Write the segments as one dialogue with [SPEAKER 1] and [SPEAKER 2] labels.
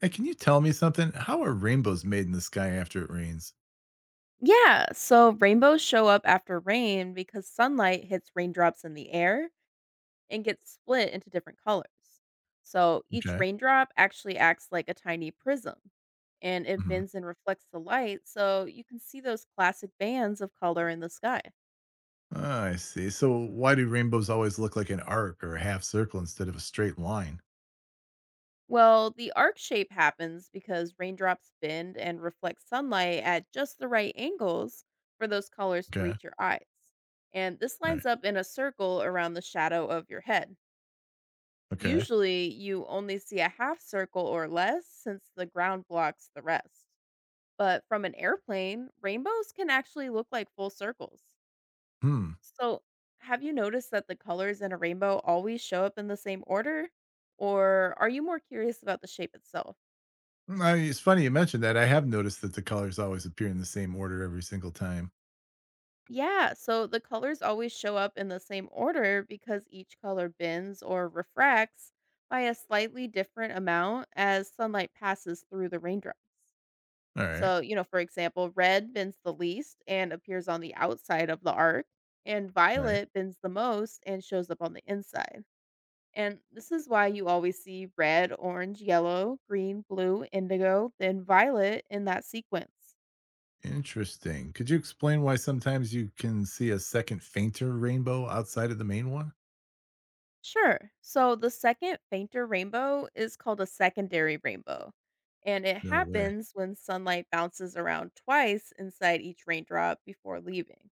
[SPEAKER 1] Hey, can you tell me something? How are rainbows made in the sky after it rains?
[SPEAKER 2] Yeah, so rainbows show up after rain because sunlight hits raindrops in the air and gets split into different colors. So each
[SPEAKER 1] Okay.
[SPEAKER 2] raindrop actually acts like a tiny prism and it
[SPEAKER 1] Hmm.
[SPEAKER 2] bends and reflects the light, so you can see those classic bands of color in the sky.
[SPEAKER 1] Ah, I see. So why do rainbows always look like an arc or a half circle instead of a straight line?
[SPEAKER 2] Well, the arc shape happens because raindrops bend and reflect sunlight at just the right angles for those colors to
[SPEAKER 1] Okay.
[SPEAKER 2] reach your eyes. And this lines
[SPEAKER 1] Right.
[SPEAKER 2] up in a circle around the shadow of your head.
[SPEAKER 1] Okay.
[SPEAKER 2] Usually, you only see a half circle or less since the ground blocks the rest. But from an airplane, rainbows can actually look like full circles.
[SPEAKER 1] Hmm.
[SPEAKER 2] So, have you noticed that the colors in a rainbow always show up in the same order? Or are you more curious about the shape itself?
[SPEAKER 1] I mean, it's funny you mentioned that. I have noticed that the colors always appear in the same order every single time.
[SPEAKER 2] Yeah, so the colors always show up in the same order because each color bends or refracts by a slightly different amount as sunlight passes through the raindrops.
[SPEAKER 1] All right.
[SPEAKER 2] So, you know, for example, red bends the least and appears on the outside of the arc, and
[SPEAKER 1] Right.
[SPEAKER 2] violet bends the most and shows up on the inside. And this is why you always see red, orange, yellow, green, blue, indigo, then violet in that sequence.
[SPEAKER 1] Interesting. Could you explain why sometimes you can see a second fainter rainbow outside of the main one?
[SPEAKER 2] Sure. So the second fainter rainbow is called a secondary rainbow, and it
[SPEAKER 1] No way.
[SPEAKER 2] happens when sunlight bounces around twice inside each raindrop before leaving.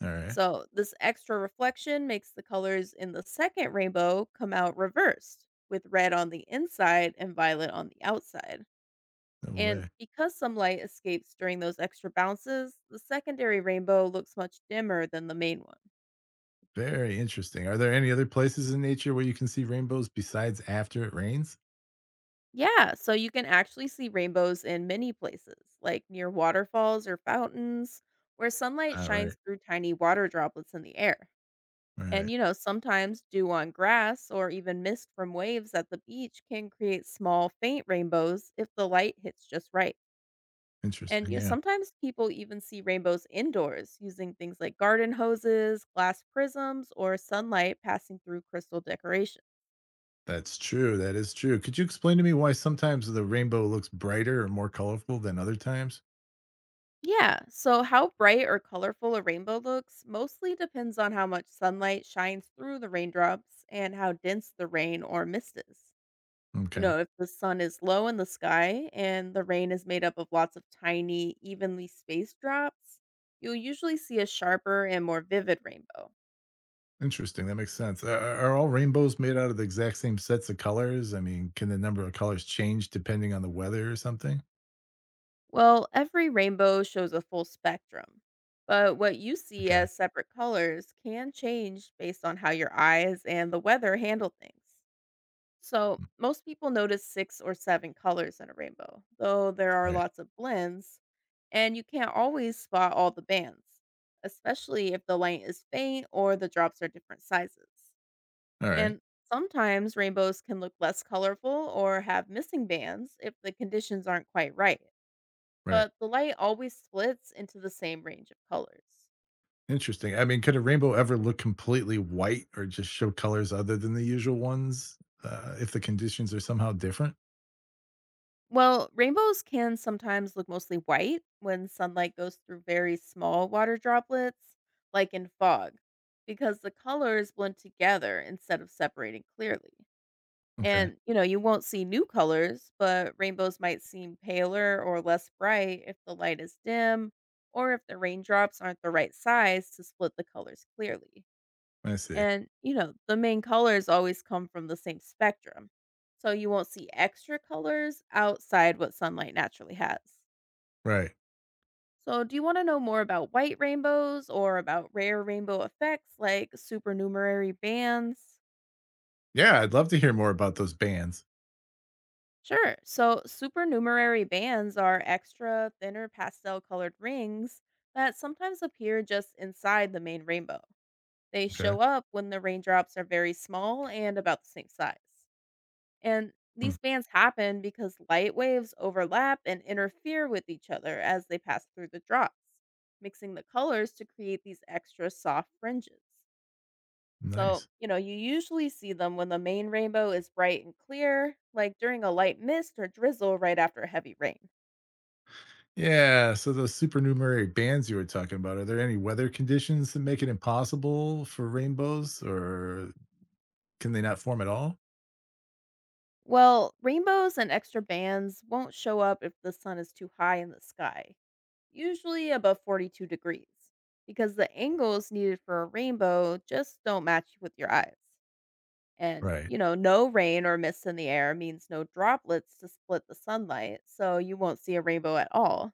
[SPEAKER 1] All right.
[SPEAKER 2] So, this extra reflection makes the colors in the second rainbow come out reversed, with red on the inside and violet on the outside.
[SPEAKER 1] No
[SPEAKER 2] And
[SPEAKER 1] way.
[SPEAKER 2] because some light escapes during those extra bounces, the secondary rainbow looks much dimmer than the main one.
[SPEAKER 1] Very interesting. Are there any other places in nature where you can see rainbows besides after it rains?
[SPEAKER 2] Yeah, so you can actually see rainbows in many places, like near waterfalls or fountains, where sunlight
[SPEAKER 1] All
[SPEAKER 2] shines
[SPEAKER 1] right,
[SPEAKER 2] through tiny water droplets in the air.
[SPEAKER 1] all
[SPEAKER 2] And,
[SPEAKER 1] right.
[SPEAKER 2] you know, sometimes dew on grass or even mist from waves at the beach can create small, faint rainbows if the light hits just right. And
[SPEAKER 1] Interesting,
[SPEAKER 2] you know,
[SPEAKER 1] yeah.
[SPEAKER 2] sometimes people even see rainbows indoors using things like garden hoses, glass prisms, or sunlight passing through crystal decoration.
[SPEAKER 1] That's true, that is true. Could you explain to me why sometimes the rainbow looks brighter or more colorful than other times?
[SPEAKER 2] Yeah, so how bright or colorful a rainbow looks mostly depends on how much sunlight shines through the raindrops and how dense the rain or mist is. You
[SPEAKER 1] Okay.
[SPEAKER 2] know, if the sun is low in the sky and the rain is made up of lots of tiny, evenly spaced drops, you'll usually see a sharper and more vivid rainbow.
[SPEAKER 1] Interesting, that makes sense. Are all rainbows made out of the exact same sets of colors? I mean, can the number of colors change depending on the weather or something?
[SPEAKER 2] Well, every rainbow shows a full spectrum, but what you see
[SPEAKER 1] Okay.
[SPEAKER 2] as separate colors can change based on how your eyes and the weather handle things. So,
[SPEAKER 1] Mm,
[SPEAKER 2] most people notice six or seven colors in a rainbow, though there are
[SPEAKER 1] Right.
[SPEAKER 2] lots of blends, and you can't always spot all the bands, especially if the light is faint or the drops are different sizes.
[SPEAKER 1] All right.
[SPEAKER 2] And sometimes rainbows can look less colorful or have missing bands if the conditions aren't quite right,
[SPEAKER 1] Right.
[SPEAKER 2] but the light always splits into the same range of colors.
[SPEAKER 1] Interesting. I mean, could a rainbow ever look completely white or just show colors other than the usual ones, if the conditions are somehow different?
[SPEAKER 2] Well, rainbows can sometimes look mostly white when sunlight goes through very small water droplets, like in fog, because the colors blend together instead of separating clearly.
[SPEAKER 1] Okay,
[SPEAKER 2] And, you know, you won't see new colors, but rainbows might seem paler or less bright if the light is dim or if the raindrops aren't the right size to split the colors clearly.
[SPEAKER 1] I see.
[SPEAKER 2] And, you know, the main colors always come from the same spectrum. So you won't see extra colors outside what sunlight naturally has.
[SPEAKER 1] Right.
[SPEAKER 2] So, do you want to know more about white rainbows or about rare rainbow effects like supernumerary bands?
[SPEAKER 1] Yeah, I'd love to hear more about those bands.
[SPEAKER 2] Sure. So, supernumerary bands are extra, thinner pastel colored rings that sometimes appear just inside the main rainbow. They
[SPEAKER 1] Okay.
[SPEAKER 2] show up when the raindrops are very small and about the same size. And
[SPEAKER 1] Hmm,
[SPEAKER 2] these bands happen because light waves overlap and interfere with each other as they pass through the drops, mixing the colors to create these extra soft fringes. So,
[SPEAKER 1] nice.
[SPEAKER 2] you know, you usually see them when the main rainbow is bright and clear, like during a light mist or drizzle right after heavy rain.
[SPEAKER 1] Yeah, so those supernumerary bands you were talking about, are there any weather conditions that make it impossible for rainbows or can they not form at all?
[SPEAKER 2] Well, rainbows and extra bands won't show up if the sun is too high in the sky, usually above 42 degrees, because the angles needed for a rainbow just don't match with your eyes. And,
[SPEAKER 1] Right.
[SPEAKER 2] you know, no rain or mist in the air means no droplets to split the sunlight, so you won't see a rainbow at all.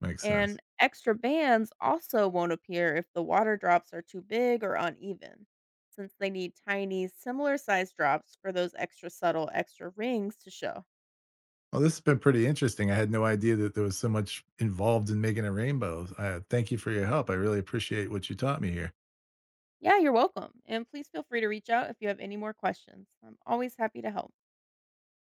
[SPEAKER 1] Makes sense.
[SPEAKER 2] And extra bands also won't appear if the water drops are too big or uneven, since they need tiny, similar sized drops for those extra subtle, extra rings to show.
[SPEAKER 1] Well, this has been pretty interesting. I had no idea that there was so much involved in making a rainbow. Thank you for your help. I really appreciate what you taught me here.
[SPEAKER 2] Yeah, you're welcome. And please feel free to reach out if you have any more questions. I'm always happy to help.